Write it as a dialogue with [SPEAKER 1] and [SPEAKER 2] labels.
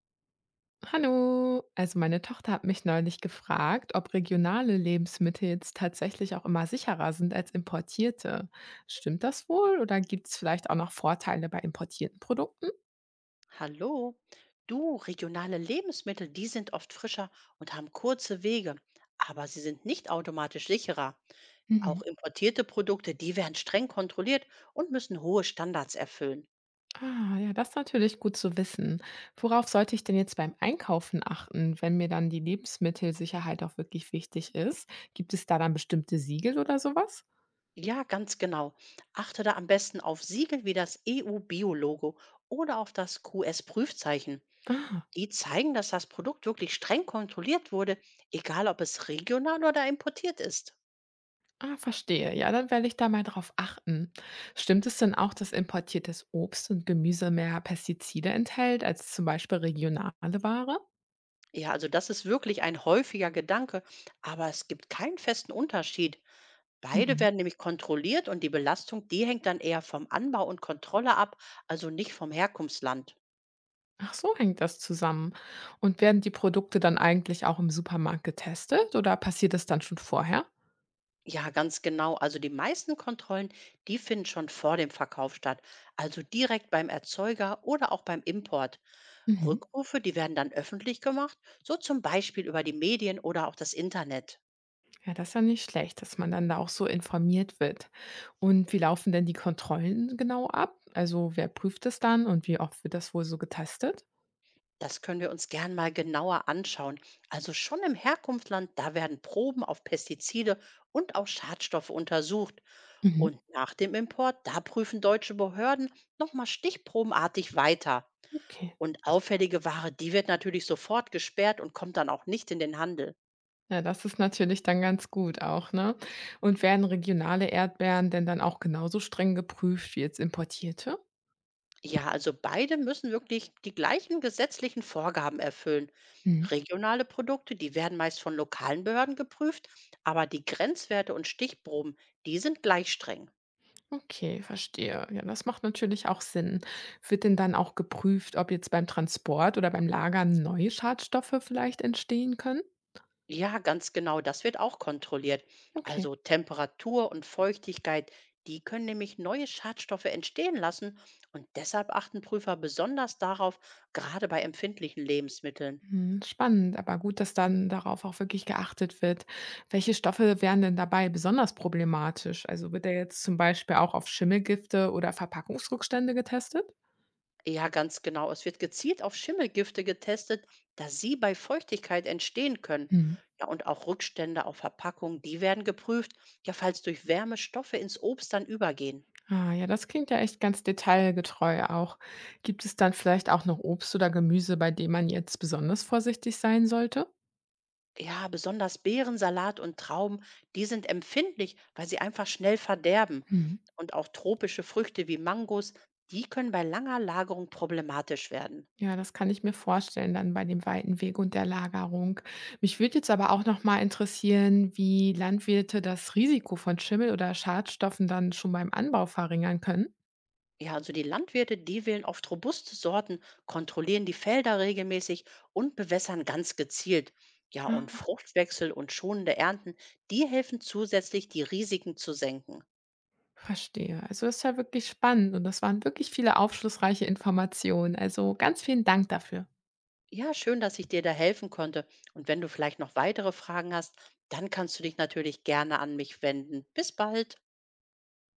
[SPEAKER 1] Hallo, also meine Tochter hat mich neulich gefragt, ob regionale Lebensmittel jetzt tatsächlich auch immer sicherer sind als importierte. Stimmt das wohl oder gibt es vielleicht auch noch Vorteile bei importierten Produkten?
[SPEAKER 2] Hallo. Du, regionale Lebensmittel, die sind oft frischer und haben kurze Wege, aber sie sind nicht automatisch sicherer. Auch
[SPEAKER 1] Mhm.
[SPEAKER 2] importierte Produkte, die werden streng kontrolliert und müssen hohe Standards erfüllen.
[SPEAKER 1] Ah, ja, das ist natürlich gut zu wissen. Worauf sollte ich denn jetzt beim Einkaufen achten, wenn mir dann die Lebensmittelsicherheit auch wirklich wichtig ist? Gibt es da dann bestimmte Siegel oder sowas?
[SPEAKER 2] Ja, ganz genau. Achte da am besten auf Siegel wie das EU-Bio-Logo oder auf das QS-Prüfzeichen.
[SPEAKER 1] Ah.
[SPEAKER 2] Die zeigen, dass das Produkt wirklich streng kontrolliert wurde, egal ob es regional oder importiert ist.
[SPEAKER 1] Ah, verstehe. Ja, dann werde ich da mal drauf achten. Stimmt es denn auch, dass importiertes Obst und Gemüse mehr Pestizide enthält als zum Beispiel regionale Ware?
[SPEAKER 2] Ja, also das ist wirklich ein häufiger Gedanke, aber es gibt keinen festen Unterschied. Beide
[SPEAKER 1] Mhm.
[SPEAKER 2] werden nämlich kontrolliert und die Belastung, die hängt dann eher vom Anbau und Kontrolle ab, also nicht vom Herkunftsland.
[SPEAKER 1] Ach so, hängt das zusammen. Und werden die Produkte dann eigentlich auch im Supermarkt getestet oder passiert das dann schon vorher?
[SPEAKER 2] Ja, ganz genau. Also die meisten Kontrollen, die finden schon vor dem Verkauf statt, also direkt beim Erzeuger oder auch beim Import.
[SPEAKER 1] Mhm.
[SPEAKER 2] Rückrufe, die werden dann öffentlich gemacht, so zum Beispiel über die Medien oder auch das Internet.
[SPEAKER 1] Ja, das ist ja nicht schlecht, dass man dann da auch so informiert wird. Und wie laufen denn die Kontrollen genau ab? Also wer prüft es dann und wie oft wird das wohl so getestet?
[SPEAKER 2] Das können wir uns gern mal genauer anschauen. Also schon im Herkunftsland, da werden Proben auf Pestizide und auch Schadstoffe untersucht. Und
[SPEAKER 1] Mhm.
[SPEAKER 2] nach dem Import, da prüfen deutsche Behörden nochmal stichprobenartig weiter.
[SPEAKER 1] Okay.
[SPEAKER 2] Und auffällige Ware, die wird natürlich sofort gesperrt und kommt dann auch nicht in den Handel.
[SPEAKER 1] Ja, das ist natürlich dann ganz gut auch, ne? Und werden regionale Erdbeeren denn dann auch genauso streng geprüft wie jetzt importierte?
[SPEAKER 2] Ja, also beide müssen wirklich die gleichen gesetzlichen Vorgaben erfüllen.
[SPEAKER 1] Mhm.
[SPEAKER 2] Regionale Produkte, die werden meist von lokalen Behörden geprüft, aber die Grenzwerte und Stichproben, die sind gleich streng.
[SPEAKER 1] Okay, verstehe. Ja, das macht natürlich auch Sinn. Wird denn dann auch geprüft, ob jetzt beim Transport oder beim Lagern neue Schadstoffe vielleicht entstehen können?
[SPEAKER 2] Ja, ganz genau, das wird auch kontrolliert.
[SPEAKER 1] Okay,
[SPEAKER 2] Also Temperatur und Feuchtigkeit, die können nämlich neue Schadstoffe entstehen lassen und deshalb achten Prüfer besonders darauf, gerade bei empfindlichen Lebensmitteln.
[SPEAKER 1] hm, spannend, aber gut, dass dann darauf auch wirklich geachtet wird. Welche Stoffe wären denn dabei besonders problematisch? Also wird da jetzt zum Beispiel auch auf Schimmelgifte oder Verpackungsrückstände getestet?
[SPEAKER 2] Ja, ganz genau, es wird gezielt auf Schimmelgifte getestet, da sie bei Feuchtigkeit entstehen können.
[SPEAKER 1] Mhm.
[SPEAKER 2] Ja, und auch Rückstände auf Verpackungen, die werden geprüft, ja, falls durch Wärme Stoffe ins Obst dann übergehen.
[SPEAKER 1] Ah, ja, das klingt ja echt ganz detailgetreu auch. Gibt es dann vielleicht auch noch Obst oder Gemüse, bei dem man jetzt besonders vorsichtig sein sollte?
[SPEAKER 2] Ja, besonders Beerensalat und Trauben, die sind empfindlich, weil sie einfach schnell verderben.
[SPEAKER 1] Mhm.
[SPEAKER 2] Und auch tropische Früchte wie Mangos, die können bei langer Lagerung problematisch werden.
[SPEAKER 1] Ja, das kann ich mir vorstellen, dann bei dem weiten Weg und der Lagerung. Mich würde jetzt aber auch noch mal interessieren, wie Landwirte das Risiko von Schimmel oder Schadstoffen dann schon beim Anbau verringern können.
[SPEAKER 2] Ja, also die Landwirte, die wählen oft robuste Sorten, kontrollieren die Felder regelmäßig und bewässern ganz gezielt. Ja, und
[SPEAKER 1] Ah,
[SPEAKER 2] Fruchtwechsel und schonende Ernten, die helfen zusätzlich, die Risiken zu senken.
[SPEAKER 1] verstehe. Also das ist ja wirklich spannend und das waren wirklich viele aufschlussreiche Informationen. Also ganz vielen Dank dafür.
[SPEAKER 2] Ja, schön, dass ich dir da helfen konnte. Und wenn du vielleicht noch weitere Fragen hast, dann kannst du dich natürlich gerne an mich wenden. Bis bald.